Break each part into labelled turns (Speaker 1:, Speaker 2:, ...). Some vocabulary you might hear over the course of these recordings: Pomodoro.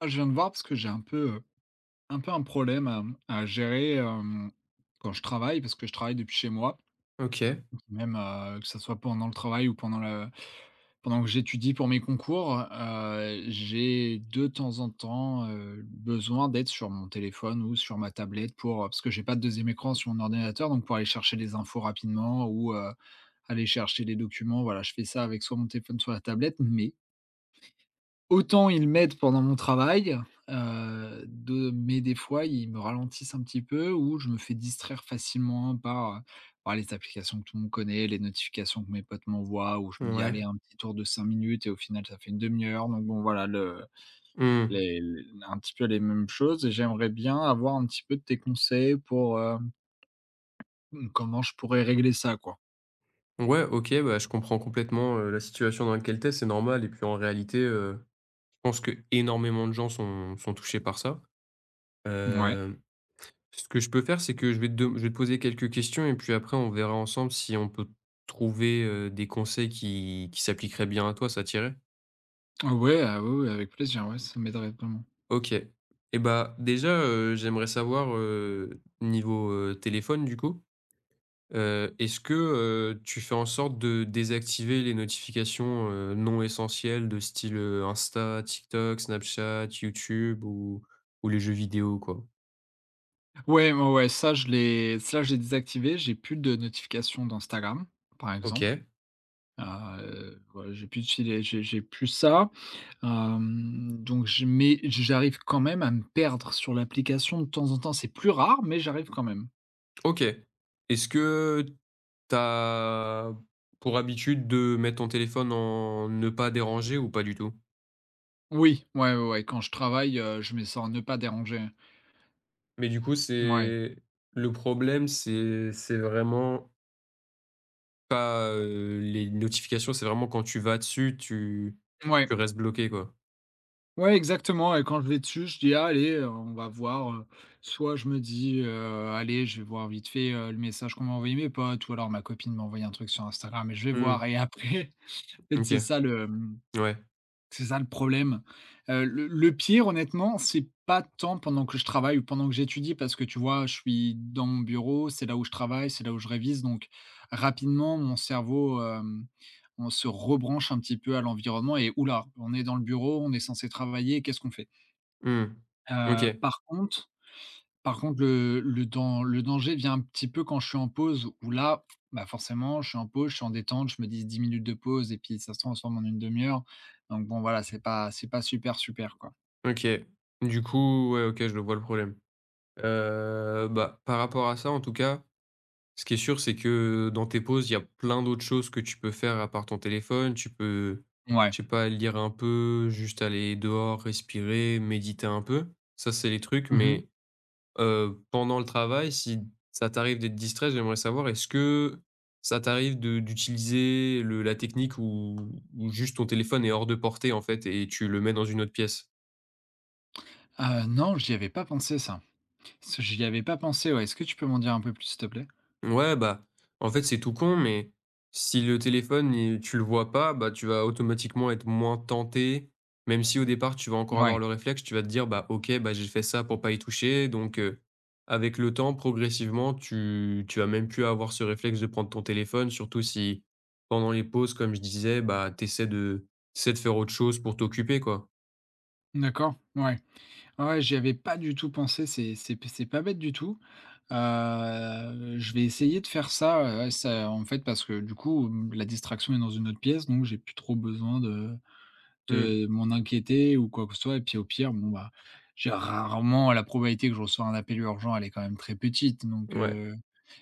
Speaker 1: Ah, je viens de voir parce que j'ai un peu, un peu un problème à gérer, quand je travaille parce que je travaille depuis chez moi.
Speaker 2: OK,
Speaker 1: Même, que ça soit pendant le travail ou pendant que j'étudie pour mes concours, j'ai de temps en temps, besoin d'être sur mon téléphone ou sur ma tablette pour, parce que j'ai pas de deuxième écran sur mon ordinateur, donc pour aller chercher les infos rapidement ou aller chercher les documents. Voilà, je fais ça avec soit mon téléphone, soit la tablette, mais autant ils m'aident pendant mon travail, de mais des fois, ils me ralentissent un petit peu ou je me fais distraire facilement par par les applications que tout le monde connaît, les notifications que mes potes m'envoient où je me dis:
Speaker 2: ouais.
Speaker 1: «Allez, un petit tour de 5 minutes» et au final, ça fait une demi heure donc bon, voilà, le
Speaker 2: Mmh.
Speaker 1: les l un petit peu les mêmes choses et j'aimerais bien avoir un petit peu de tes conseils pour, mmh, comment je pourrais régler ça, quoi?
Speaker 2: Ouais, OK, bah, je comprends complètement, la situation dans laquelle t'es, c'est normal. Et puis en réalité, je pense que énormément de gens sont touchés par ça.
Speaker 1: Ouais.
Speaker 2: Hem, Ce que je peux faire, c'est que je vais te dem je vais te poser quelques questions et puis après on verra ensemble si on peut trouver, des conseils qui s'appliqueraient bien à toi. Ça t'irait?
Speaker 1: Ah ouais, ah oui, oui, avec plaisir, ouais, ça m'aiderait vraiment.
Speaker 2: OK, et bah, déjà, j'aimerais savoir, niveau, téléphone du coup, est-ce que, tu fais en sorte de désactiver les notifications, non essentielles, de style, Insta, TikTok, Snapchat, YouTube ou les jeux vidéo, quoi?
Speaker 1: Ouais, ouais, ouais, ça je l'ai désactivé, j'ai plus de notifications d'Instagram, par exemple.
Speaker 2: OK,
Speaker 1: Voilà, j'ai plus ça. Donc je mais j'arrive quand même à me perdre sur l'application de temps en temps. C'est plus rare, mais j'arrive quand même.
Speaker 2: OK. Est-ce que t'as pour habitude de mettre ton téléphone en ne pas déranger ou pas du tout?
Speaker 1: Oui, ouais, ouais, ouais, quand je travaille, je mets ça en ne pas déranger.
Speaker 2: Mais du coup,
Speaker 1: Ouais,
Speaker 2: c'est le problème, c'est vraiment pas, les notifications. C'est vraiment quand tu vas dessus, tu
Speaker 1: ouais.
Speaker 2: restes bloqué, quoi?
Speaker 1: Ouais, exactement et quand je vais dessus, je dis: «Ah allez, on va voir», soit je me dis: allez, je vais voir vite fait, le message qu'on m'a envoyé mes potes» ou alors ma copine m'a envoyé un truc sur Instagram et je vais voir
Speaker 2: Mmh,
Speaker 1: et après, en fait,
Speaker 2: OK. Ouais.
Speaker 1: c'est ça le problème. Le pire honnêtement, c'est pas tant pendant que je travaille ou pendant que j'étudie parce que tu vois, je suis dans mon bureau, c'est là où je travaille, c'est là où je révise donc rapidement mon cerveau, on se rebranche un petit peu à l'environnement et: «Ouh on est dans le bureau, on est censé travailler, qu'est-ce qu'on fait?»
Speaker 2: Mmh.
Speaker 1: Heu,
Speaker 2: OK,
Speaker 1: par contre par contre le danger vient un petit peu quand je suis en pause où là, bah, forcément je suis en pause, je suis en détente, je me dis 10 minutes de pause et puis ça se transforme en une demi heure. Donc bon voilà, c'est pas super, super quoi.
Speaker 2: OK. Du coup, ouais, OK, je le vois, le problème. Bah, par rapport à ça, en tout cas, ce qui est sûr, c'est que dans tes pauses, il y a plein d'autres choses que tu peux faire à part ton téléphone. Tu peux,
Speaker 1: Ouais.
Speaker 2: je sais pas, lire un peu, juste aller dehors, respirer, méditer un peu. Ça, c'est les trucs.
Speaker 1: Mmh mh.
Speaker 2: Mais pendant le travail, si ça t'arrive d'être distrait, j'aimerais savoir, est-ce que ça t'arrive de d'utiliser le la technique où juste ton téléphone est hors de portée en fait et tu le mets dans une autre pièce?
Speaker 1: Non, j'y avais pas pensé ça. Ce J'y avais pas pensé, ouais. Est-ce que tu peux m'en dire un peu plus, s'il te plaît?
Speaker 2: Ouais, bah, en fait, c'est tout con, mais si le téléphone, tu le vois pas, bah, tu vas automatiquement être moins tenté. Même si au départ, tu vas encore avoir
Speaker 1: Ouais.
Speaker 2: le réflexe, tu vas te dire, bah, OK, bah, j'ai fait ça pour pas y toucher. Donc, avec le temps, progressivement, tu vas même plus avoir ce réflexe de prendre ton téléphone, surtout si pendant les pauses, comme je disais, bah, t'essaies t'essaies de faire autre chose pour t'occuper, quoi.
Speaker 1: D'accord, ouais. Ah ouais, j'y avais pas du tout pensé, c'est pas bête du tout. Je vais essayer de faire ça, ouais, ça en fait, parce que du coup, la distraction est dans une autre pièce, donc j'ai plus trop besoin
Speaker 2: Hmm,
Speaker 1: de m'en inquiéter ou quoi que ce soit et puis au pire, bon, bah, j'ai rarement la probabilité que je reçois un appel urgent, elle est quand même très petite, donc
Speaker 2: ouais.
Speaker 1: heu,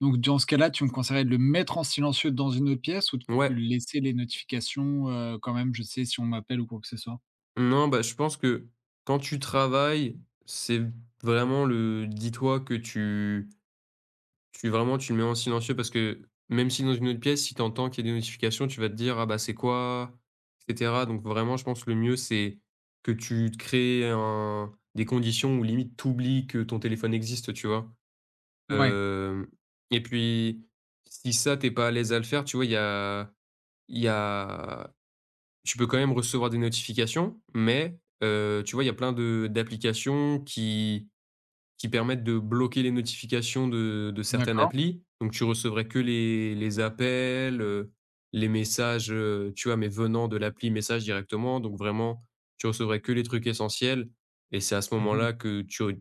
Speaker 1: donc dans ce cas-là, tu me conseillerais de le mettre en silencieux dans une autre pièce ou de
Speaker 2: Ouais.
Speaker 1: laisser les notifications, quand même, je sais si on m'appelle ou quoi que ce soit?
Speaker 2: Non, bah, je pense que quand tu travailles, c'est vraiment le dis-toi que tu vraiment tu le mets en silencieux, parce que même si dans une autre pièce, si tu entends qu'il y a des notifications, tu vas te dire: «Ah bah, c'est quoi?», et cetera. Donc vraiment, je pense que le mieux, c'est que tu te crées un des conditions où limite t'oublies que ton téléphone existe, tu vois?
Speaker 1: Ouais,
Speaker 2: Hem Et puis si ça, t'es pas à l'aise à le faire, tu vois, il y a tu peux quand même recevoir des notifications, mais, tu vois, il y a plein de d'applications qui permettent de bloquer les notifications de certaines
Speaker 1: d'accord.
Speaker 2: applis. Donc tu recevrais que les appels, les messages, tu vois, mais venant de l'appli message directement. Donc vraiment, tu recevrais que les trucs essentiels et c'est à ce
Speaker 1: Mmh.
Speaker 2: moment-là que tu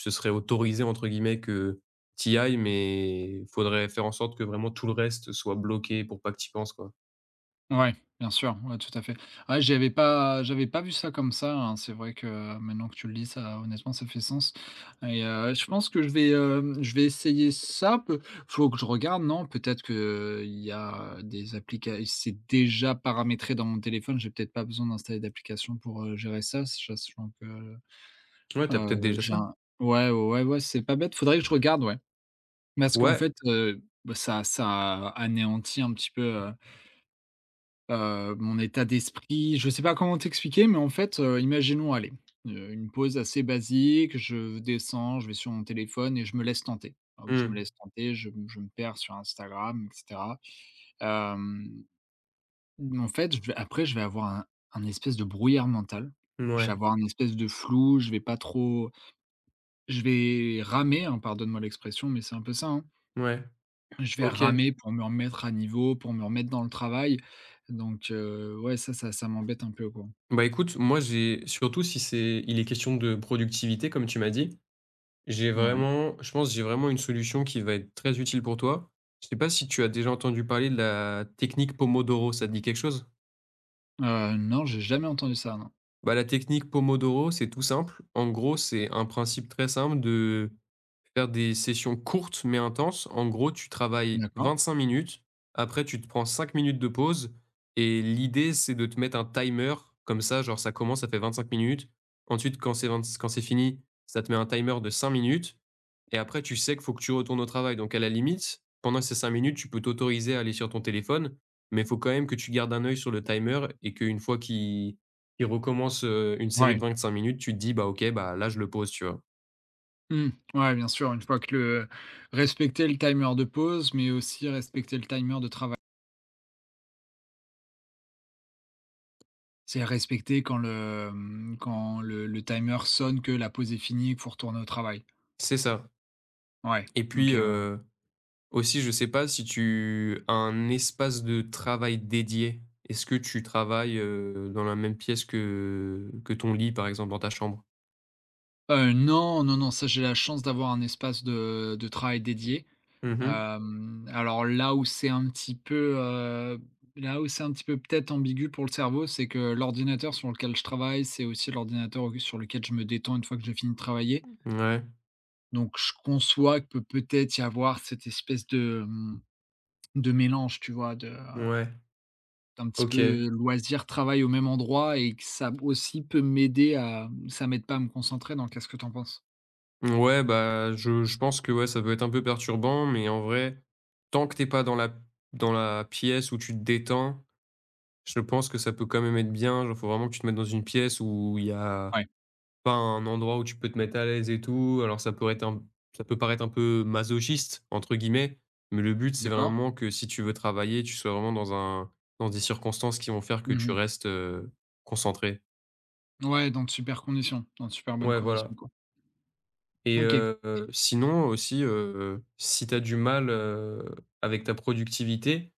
Speaker 2: ce serait «autorisé» entre guillemets que tu ailles, mais faudrait faire en sorte que vraiment tout le reste soit bloqué pour pas que tu penses, quoi.
Speaker 1: Ouais, bien sûr, ouais, tout à fait. Ouais, j'avais pas vu ça comme ça, hein. C'est vrai que maintenant que tu le dis, ça honnêtement, ça fait sens et je pense que je vais essayer ça peu faut que je regarde, non? Peut-être que il y a des applications, c'est déjà paramétré dans mon téléphone, j'ai peut-être pas besoin d'installer d'application pour, gérer ça, sachant que,
Speaker 2: Ouais, t'as peut-être déjà
Speaker 1: j'ai
Speaker 2: ça?
Speaker 1: un ouais, ouais, ouais, ouais, c'est pas bête, faudrait que je regarde, ouais. Parce qu'en
Speaker 2: Ouais.
Speaker 1: fait, ça anéantit un petit peu, mon état d'esprit, je sais pas comment t'expliquer, mais en fait, imaginons, allez, une pause assez basique, je descends, je vais sur mon téléphone et je me laisse tenter. Hop, je me
Speaker 2: Mmh.
Speaker 1: laisse tenter, je me perds sur Instagram et cetera. Hem, En fait, je vais avoir un espèce de brouillard mental. Je vais
Speaker 2: Ouais,
Speaker 1: avoir un espèce de flou, je vais pas trop je vais ramer, hein, pardonne-moi l'expression, mais c'est un peu ça, hein.
Speaker 2: ouais,
Speaker 1: Je vais
Speaker 2: OK.
Speaker 1: ramer pour me remettre à niveau, pour me remettre dans le travail. Donc, ouais, ça m'embête un peu, quoi.
Speaker 2: Bah, écoute, moi, j'ai surtout si c'est il est question de productivité comme tu m'as dit, j'ai
Speaker 1: Ouais.
Speaker 2: vraiment je pense, que j'ai vraiment une solution qui va être très utile pour toi. Je sais pas si tu as déjà entendu parler de la technique Pomodoro, ça te dit quelque chose?
Speaker 1: Non, j'ai jamais entendu ça, non.
Speaker 2: Bah, la technique Pomodoro, c'est tout simple. En gros, c'est un principe très simple de faire des sessions courtes mais intenses. En gros, tu travailles
Speaker 1: D'accord.
Speaker 2: 25 minutes, après tu te prends 5 minutes de pause et l'idée, c'est de te mettre un timer comme ça, genre ça commence, ça fait 25 minutes. Ensuite, quand c'est 20 quand c'est fini, ça te met un timer de 5 minutes et après tu sais qu'il faut que tu retournes au travail. Donc à la limite, pendant ces 5 minutes, tu peux t'autoriser à aller sur ton téléphone, mais il faut quand même que tu gardes un œil sur le timer et qu'une fois qu'il recommence, une série de
Speaker 1: Ouais.
Speaker 2: 25 minutes, tu te dis: «Bah OK, bah là je le pose», tu vois?
Speaker 1: Mmh. Ouais, bien sûr, une fois que le respecter le timer de pause, mais aussi respecter le timer de travail. C'est respecter quand quand le timer sonne que la pause est finie et qu'il faut retourner au travail.
Speaker 2: C'est ça
Speaker 1: Ouais,
Speaker 2: et
Speaker 1: OK,
Speaker 2: puis,
Speaker 1: ouais.
Speaker 2: aussi, je sais pas si tu as un espace de travail dédié. Est-ce que tu travailles, dans la même pièce que ton lit, par exemple, dans ta chambre?
Speaker 1: Non, non, non, ça, j'ai la chance d'avoir un espace de travail dédié.
Speaker 2: Mmh.
Speaker 1: Alors là où c'est un petit peu peut-être ambigu pour le cerveau, c'est que l'ordinateur sur lequel je travaille, c'est aussi l'ordinateur au sur lequel je me détends une fois que j'ai fini de travailler.
Speaker 2: Ouais,
Speaker 1: Donc je conçois que peut-être y avoir cette espèce de, de mélange, tu vois? De
Speaker 2: ouais,
Speaker 1: d'un petit
Speaker 2: OK.
Speaker 1: peu loisir, travail au même endroit et que ça aussi peut m'aider à ça m'aide pas à me concentrer, donc qu'est-ce que t'en penses?
Speaker 2: Ouais, bah, je pense que, ouais, ça peut être un peu perturbant, mais en vrai, tant que t'es pas dans la dans la pièce où tu te détends, je pense que ça peut quand même être bien. Genre, faut vraiment que tu te mettes dans une pièce où il y a
Speaker 1: Ouais,
Speaker 2: pas un endroit où tu peux te mettre à l'aise et tout. Alors ça peut être un ça peut paraître un peu «masochiste» entre guillemets, mais le but, c'est
Speaker 1: d'accord.
Speaker 2: vraiment que si tu veux travailler, tu sois vraiment dans un dans des circonstances qui vont faire que tu
Speaker 1: Mmh.
Speaker 2: restes, concentré.
Speaker 1: Ouais, dans de super conditions, dans de super bonnes
Speaker 2: Ouais, voilà.
Speaker 1: conditions, quoi.
Speaker 2: et
Speaker 1: OK.
Speaker 2: heu, sinon aussi, si tu as du mal, avec ta productivité,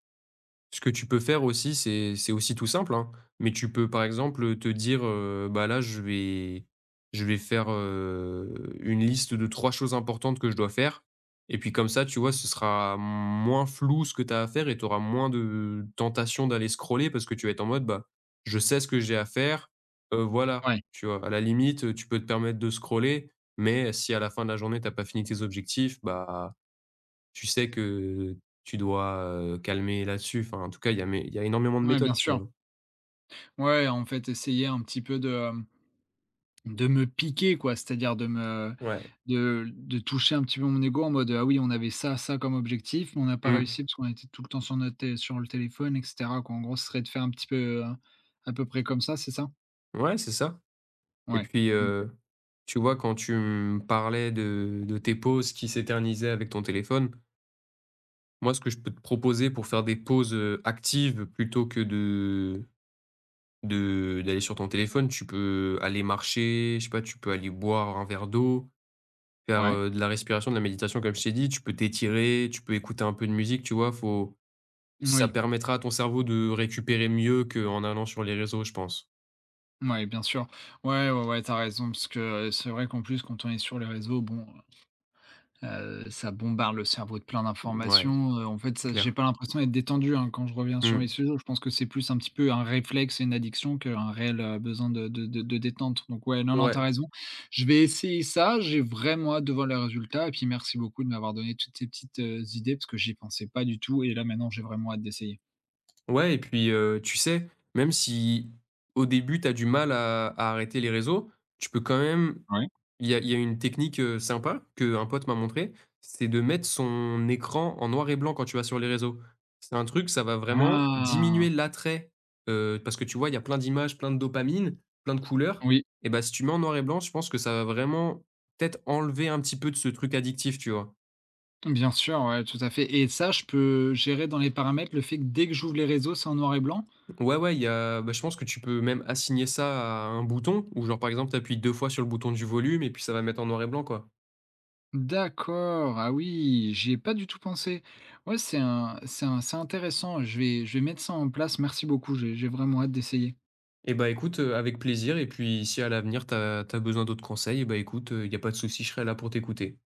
Speaker 2: ce que tu peux faire aussi, c'est aussi tout simple, hein, mais tu peux, par exemple, te dire, «Bah, là, je vais faire, une liste de 3 choses importantes que je dois faire», et puis comme ça, tu vois, ce sera moins flou ce que tu as à faire et tu auras moins de tentation d'aller scroller, parce que tu vas être en mode: «Bah, je sais ce que j'ai à faire, voilà».
Speaker 1: Ouais.
Speaker 2: Tu vois? À la limite, tu peux te permettre de scroller, mais si à la fin de la journée, tu as pas fini tes objectifs, bah tu sais que tu dois, calmer là-dessus. Enfin, en tout cas, il y a énormément de
Speaker 1: Ouais, bien
Speaker 2: méthodes, tu
Speaker 1: sûr.
Speaker 2: vois?
Speaker 1: Ouais, en fait, essayer un petit peu de de me piquer quoi, c'est-à-dire de me
Speaker 2: Ouais.
Speaker 1: de toucher un petit peu mon ego en mode: «Ah oui, on avait ça, ça comme objectif, mais on n'a pas
Speaker 2: Mmh.
Speaker 1: réussi parce qu'on était tout le temps sur notre té sur le téléphone et cetera», quoi. En gros, ce serait de faire un petit peu, heu, à peu près comme ça, c'est ça?
Speaker 2: Ouais, c'est ça et
Speaker 1: Ouais,
Speaker 2: puis,
Speaker 1: OK.
Speaker 2: tu vois, quand tu me parlais de tes pauses qui s'éternisaient avec ton téléphone, moi, ce que je peux te proposer pour faire des pauses, actives plutôt que de d'aller sur ton téléphone, tu peux aller marcher, je sais pas, tu peux aller boire un verre d'eau, faire,
Speaker 1: Ouais.
Speaker 2: de la respiration, de la méditation, comme je t'ai dit. Tu peux t'étirer, tu peux écouter un peu de musique, tu vois? Faut ça
Speaker 1: Oui.
Speaker 2: permettra à ton cerveau de récupérer mieux qu'en allant sur les réseaux, je pense.
Speaker 1: Ouais, bien sûr. Ouais, ouais, ouais, tu raison parce que, c'est vrai qu'en plus quand on est sur les réseaux, bon, ça bombarde le cerveau de plein
Speaker 2: Ouais,
Speaker 1: d'informations, en fait,
Speaker 2: c'est
Speaker 1: ça j'ai
Speaker 2: clair.
Speaker 1: pas l'impression d'être détendu, hein, quand je reviens sur les
Speaker 2: Mmh.
Speaker 1: sujets. Je pense que c'est plus un petit peu un réflexe et une addiction qu'un réel, besoin de détente. Donc ouais, non, non, t'as
Speaker 2: Ouais.
Speaker 1: raison. Je vais essayer ça, j'ai vraiment hâte de voir les résultats et puis merci beaucoup de m'avoir donné toutes ces petites, idées parce que j'y pensais pas du tout et là, maintenant, j'ai vraiment hâte d'essayer.
Speaker 2: Ouais et puis, tu sais, même si au début tu as du mal à arrêter les réseaux, tu peux quand même
Speaker 1: Oui.
Speaker 2: il y a une technique, sympa que un pote m'a montré, c'est de mettre son écran en noir et blanc quand tu vas sur les réseaux. C'est un truc, ça va vraiment diminuer
Speaker 1: Ah!
Speaker 2: l'attrait, parce que tu vois, il y a plein d'images, plein de dopamine, plein de couleurs,
Speaker 1: Oui,
Speaker 2: et bah, si tu mets en noir et blanc, je pense que ça va vraiment peut-être enlever un petit peu de ce truc addictif, tu vois?
Speaker 1: bien sûr, ouais, tout à fait et ça, je peux gérer dans les paramètres le fait que dès que j'ouvre les réseaux, c'est en noir et blanc?
Speaker 2: Ouais, ouais, il y a bah, je pense que tu peux même assigner ça à un bouton ou genre, par exemple, tu appuies 2 fois sur le bouton du volume et puis ça va mettre en noir et blanc, quoi.
Speaker 1: D'accord, ah oui, j'y ai pas du tout pensé. Ouais, c'est intéressant, je vais mettre ça en place. Merci beaucoup, j'ai vraiment hâte d'essayer.
Speaker 2: Eh bah, écoute, avec plaisir. Et puis si à l'avenir t'as besoin d'autres conseils, eh bah, écoute, il y a pas de souci, je serai là pour t'écouter.